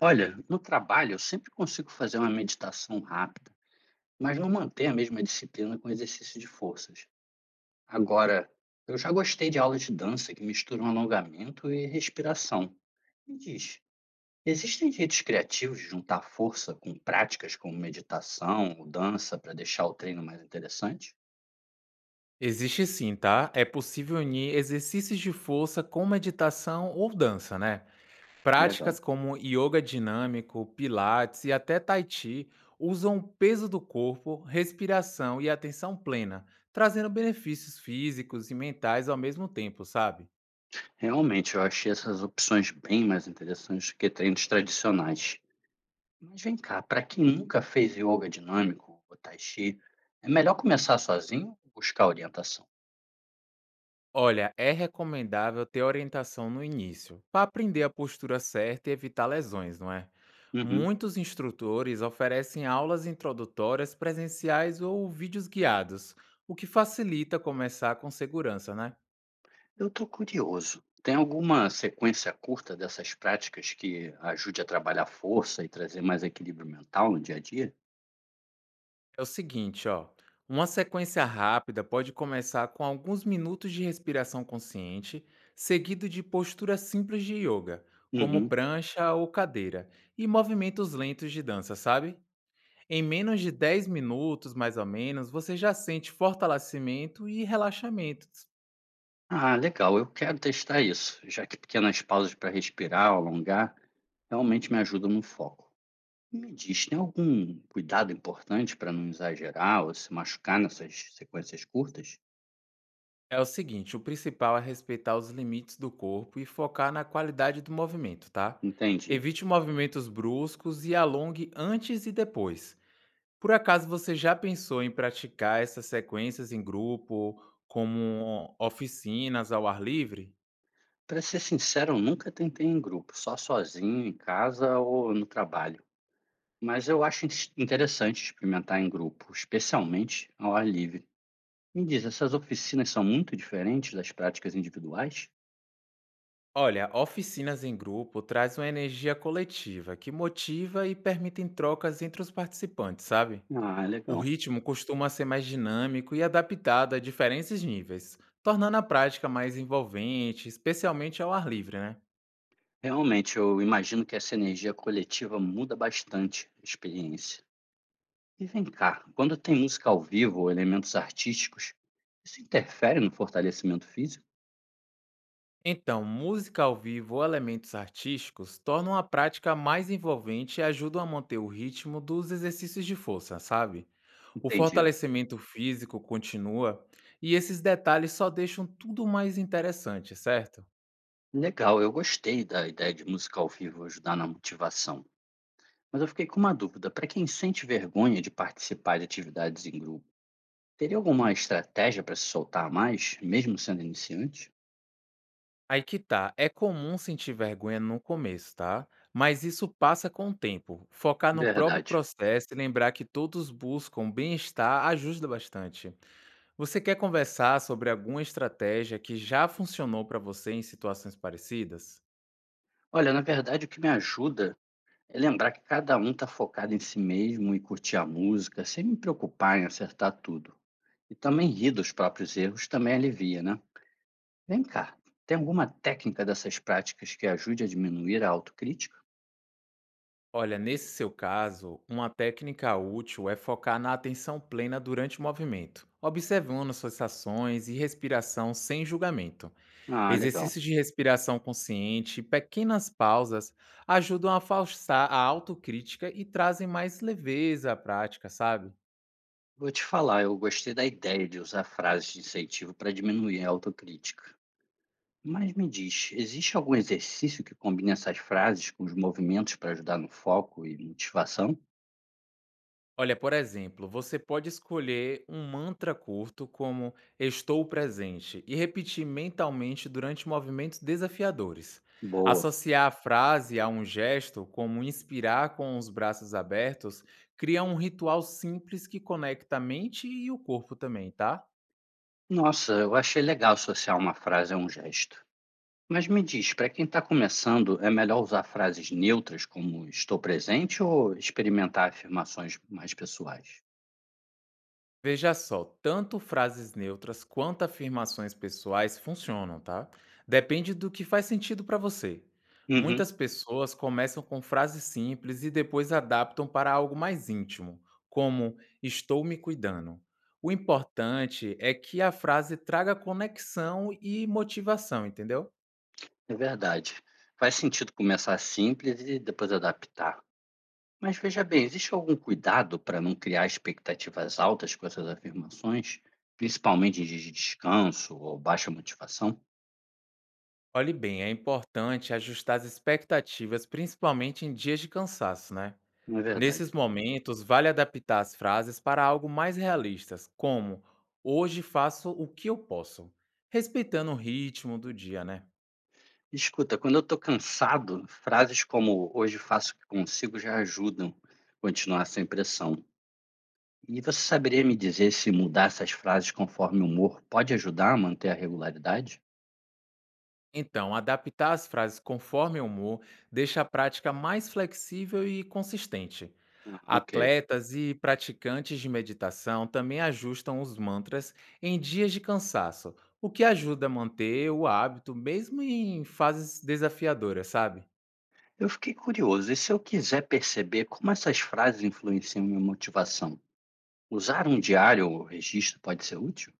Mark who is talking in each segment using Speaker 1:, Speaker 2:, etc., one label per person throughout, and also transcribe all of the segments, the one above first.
Speaker 1: Olha, no trabalho eu sempre consigo fazer uma meditação rápida, mas não manter a mesma disciplina com exercício de forças. Agora, eu já gostei de aulas de dança que misturam alongamento e respiração. Me diz, existem jeitos criativos de juntar força com práticas como meditação ou dança para deixar o treino mais interessante?
Speaker 2: Existe sim, tá? É possível unir exercícios de força com meditação ou dança, né?
Speaker 1: Legal.
Speaker 2: Práticas como yoga dinâmico, pilates e até tai chi usam o peso do corpo, respiração e atenção plena, trazendo benefícios físicos e mentais ao mesmo tempo, sabe?
Speaker 1: Realmente, eu achei essas opções bem mais interessantes do que treinos tradicionais. Mas vem cá, para quem nunca fez yoga dinâmico ou tai chi, é melhor começar sozinho ou buscar orientação?
Speaker 2: Olha, é recomendável ter orientação no início, para aprender a postura certa e evitar lesões, não é?
Speaker 1: Uhum.
Speaker 2: Muitos instrutores oferecem aulas introdutórias presenciais ou vídeos guiados, o que facilita começar com segurança, né?
Speaker 1: Eu estou curioso. Tem alguma sequência curta dessas práticas que ajude a trabalhar força e trazer mais equilíbrio mental no dia a dia?
Speaker 2: É o seguinte, ó, uma sequência rápida pode começar com alguns minutos de respiração consciente, seguido de posturas simples de yoga, como
Speaker 1: Uhum.
Speaker 2: prancha ou cadeira, e movimentos lentos de dança, sabe? Em menos de 10 minutos, mais ou menos, você já sente fortalecimento e relaxamento.
Speaker 1: Ah, legal, eu quero testar isso, já que pequenas pausas para respirar, alongar, realmente me ajudam no foco. Me diz, tem algum cuidado importante para não exagerar ou se machucar nessas sequências curtas?
Speaker 2: É o seguinte, o principal é respeitar os limites do corpo e focar na qualidade do movimento, tá?
Speaker 1: Entendi.
Speaker 2: Evite movimentos bruscos e alongue antes e depois. Por acaso você já pensou em praticar essas sequências em grupo, como oficinas ao ar livre?
Speaker 1: Para ser sincero, eu nunca tentei em grupo, só sozinho, em casa ou no trabalho. Mas eu acho interessante experimentar em grupo, especialmente ao ar livre. Me diz, essas oficinas são muito diferentes das práticas individuais?
Speaker 2: Olha, oficinas em grupo traz uma energia coletiva que motiva e permitem trocas entre os participantes, sabe?
Speaker 1: Ah,
Speaker 2: O
Speaker 1: legal.
Speaker 2: ritmo costuma ser mais dinâmico e adaptado a diferentes níveis, tornando a prática mais envolvente, especialmente ao ar livre, né?
Speaker 1: Realmente, eu imagino que essa energia coletiva muda bastante a experiência. E vem cá, quando tem música ao vivo ou elementos artísticos, isso interfere no fortalecimento físico?
Speaker 2: Então, música ao vivo ou elementos artísticos tornam a prática mais envolvente e ajudam a manter o ritmo dos exercícios de força, sabe? O
Speaker 1: Entendi.
Speaker 2: fortalecimento físico continua e esses detalhes só deixam tudo mais interessante, certo?
Speaker 1: Legal, eu gostei da ideia de música ao vivo ajudar na motivação, mas eu fiquei com uma dúvida. Para quem sente vergonha de participar de atividades em grupo, teria alguma estratégia para se soltar mais, mesmo sendo iniciante?
Speaker 2: Aí que tá, é comum sentir vergonha no começo, tá? Mas isso passa com o tempo. Focar no próprio
Speaker 1: Verdade.
Speaker 2: processo e lembrar que todos buscam bem-estar ajuda bastante. Você quer conversar sobre alguma estratégia que já funcionou para você em situações parecidas?
Speaker 1: Olha, na verdade, o que me ajuda é lembrar que cada um está focado em si mesmo e curtir a música, sem me preocupar em acertar tudo. E também rir dos próprios erros também alivia, né? Vem cá, tem alguma técnica dessas práticas que ajude a diminuir a autocrítica?
Speaker 2: Olha, nesse seu caso, uma técnica útil é focar na atenção plena durante o movimento, observando suas ações e respiração sem julgamento.
Speaker 1: Ah, legal.
Speaker 2: Exercícios de respiração consciente e pequenas pausas ajudam a afastar a autocrítica e trazem mais leveza à prática, sabe?
Speaker 1: Vou te falar, eu gostei da ideia de usar frases de incentivo para diminuir a autocrítica. Mas me diz, existe algum exercício que combine essas frases com os movimentos para ajudar no foco e motivação?
Speaker 2: Olha, por exemplo, você pode escolher um mantra curto como estou presente e repetir mentalmente durante movimentos desafiadores.
Speaker 1: Boa.
Speaker 2: Associar a frase a um gesto, como inspirar com os braços abertos, cria um ritual simples que conecta a mente e o corpo também, tá?
Speaker 1: Nossa, eu achei legal associar uma frase a um gesto. Mas me diz, para quem está começando, é melhor usar frases neutras como estou presente ou experimentar afirmações mais pessoais?
Speaker 2: Veja só, tanto frases neutras quanto afirmações pessoais funcionam, tá? Depende do que faz sentido para você.
Speaker 1: Uhum,
Speaker 2: Muitas pessoas começam com frases simples e depois adaptam para algo mais íntimo, como estou me cuidando. O importante é que a frase traga conexão e motivação, entendeu?
Speaker 1: é verdade. Faz sentido começar simples e depois adaptar. Mas veja bem, existe algum cuidado para não criar expectativas altas com essas afirmações, principalmente dias de descanso ou baixa motivação?
Speaker 2: Olhe bem, é importante ajustar as expectativas, principalmente em dias de cansaço, né?
Speaker 1: Não é verdade.
Speaker 2: Nesses momentos, vale adaptar as frases para algo mais realistas, como hoje faço o que eu posso, respeitando o ritmo do dia, né?
Speaker 1: Escuta, quando eu estou cansado, frases como hoje faço o que consigo já ajudam a continuar essa impressão. E você saberia me dizer se mudar essas frases conforme o humor pode ajudar a manter a regularidade?
Speaker 2: Então, adaptar as frases conforme o humor deixa a prática mais flexível e consistente.
Speaker 1: Ah, ok.
Speaker 2: Atletas e praticantes de meditação também ajustam os mantras em dias de cansaço, o que ajuda a manter o hábito mesmo em fases desafiadoras, sabe?
Speaker 1: Eu fiquei curioso, e se eu quiser perceber como essas frases influenciam minha motivação? Usar um diário ou registro pode ser útil?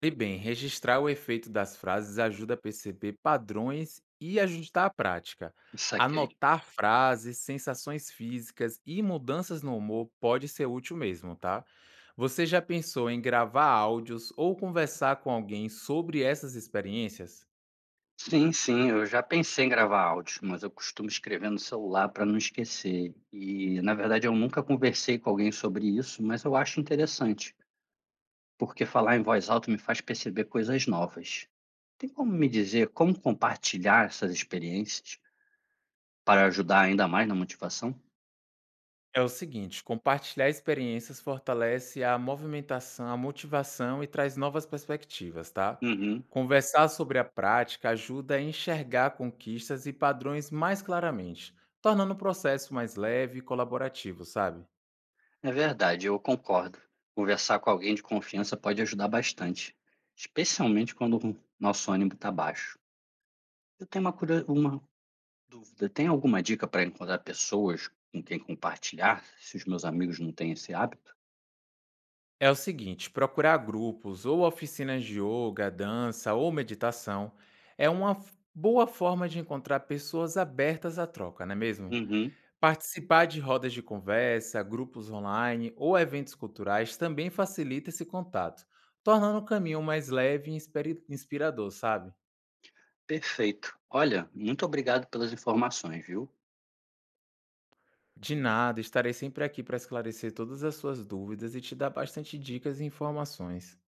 Speaker 2: E bem, registrar o efeito das frases ajuda a perceber padrões e ajustar a prática.
Speaker 1: Saquei.
Speaker 2: Anotar frases, sensações físicas e mudanças no humor pode ser útil mesmo, tá? Você já pensou em gravar áudios ou conversar com alguém sobre essas experiências?
Speaker 1: Sim, sim, eu já pensei em gravar áudios, mas eu costumo escrever no celular para não esquecer. E, na verdade, eu nunca conversei com alguém sobre isso, mas eu acho interessante, porque falar em voz alta me faz perceber coisas novas. Tem como me dizer como compartilhar essas experiências para ajudar ainda mais na motivação?
Speaker 2: É o seguinte, compartilhar experiências fortalece a movimentação, a motivação e traz novas perspectivas, tá?
Speaker 1: Uhum.
Speaker 2: Conversar sobre a prática ajuda a enxergar conquistas e padrões mais claramente, tornando o processo mais leve e colaborativo, sabe?
Speaker 1: É verdade, eu concordo. Conversar com alguém de confiança pode ajudar bastante, especialmente quando o nosso ânimo está baixo. Eu tenho uma, uma dúvida: tem alguma dica para encontrar pessoas com quem compartilhar, se os meus amigos não têm esse hábito?
Speaker 2: É o seguinte, procurar grupos ou oficinas de yoga, dança ou meditação é uma boa forma de encontrar pessoas abertas à troca, não é mesmo?
Speaker 1: Uhum,
Speaker 2: Participar de rodas de conversa, grupos online ou eventos culturais também facilita esse contato, tornando o caminho mais leve e inspirador, sabe?
Speaker 1: perfeito. Olha, muito obrigado pelas informações, viu?
Speaker 2: De nada, estarei sempre aqui para esclarecer todas as suas dúvidas e te dar bastante dicas e informações.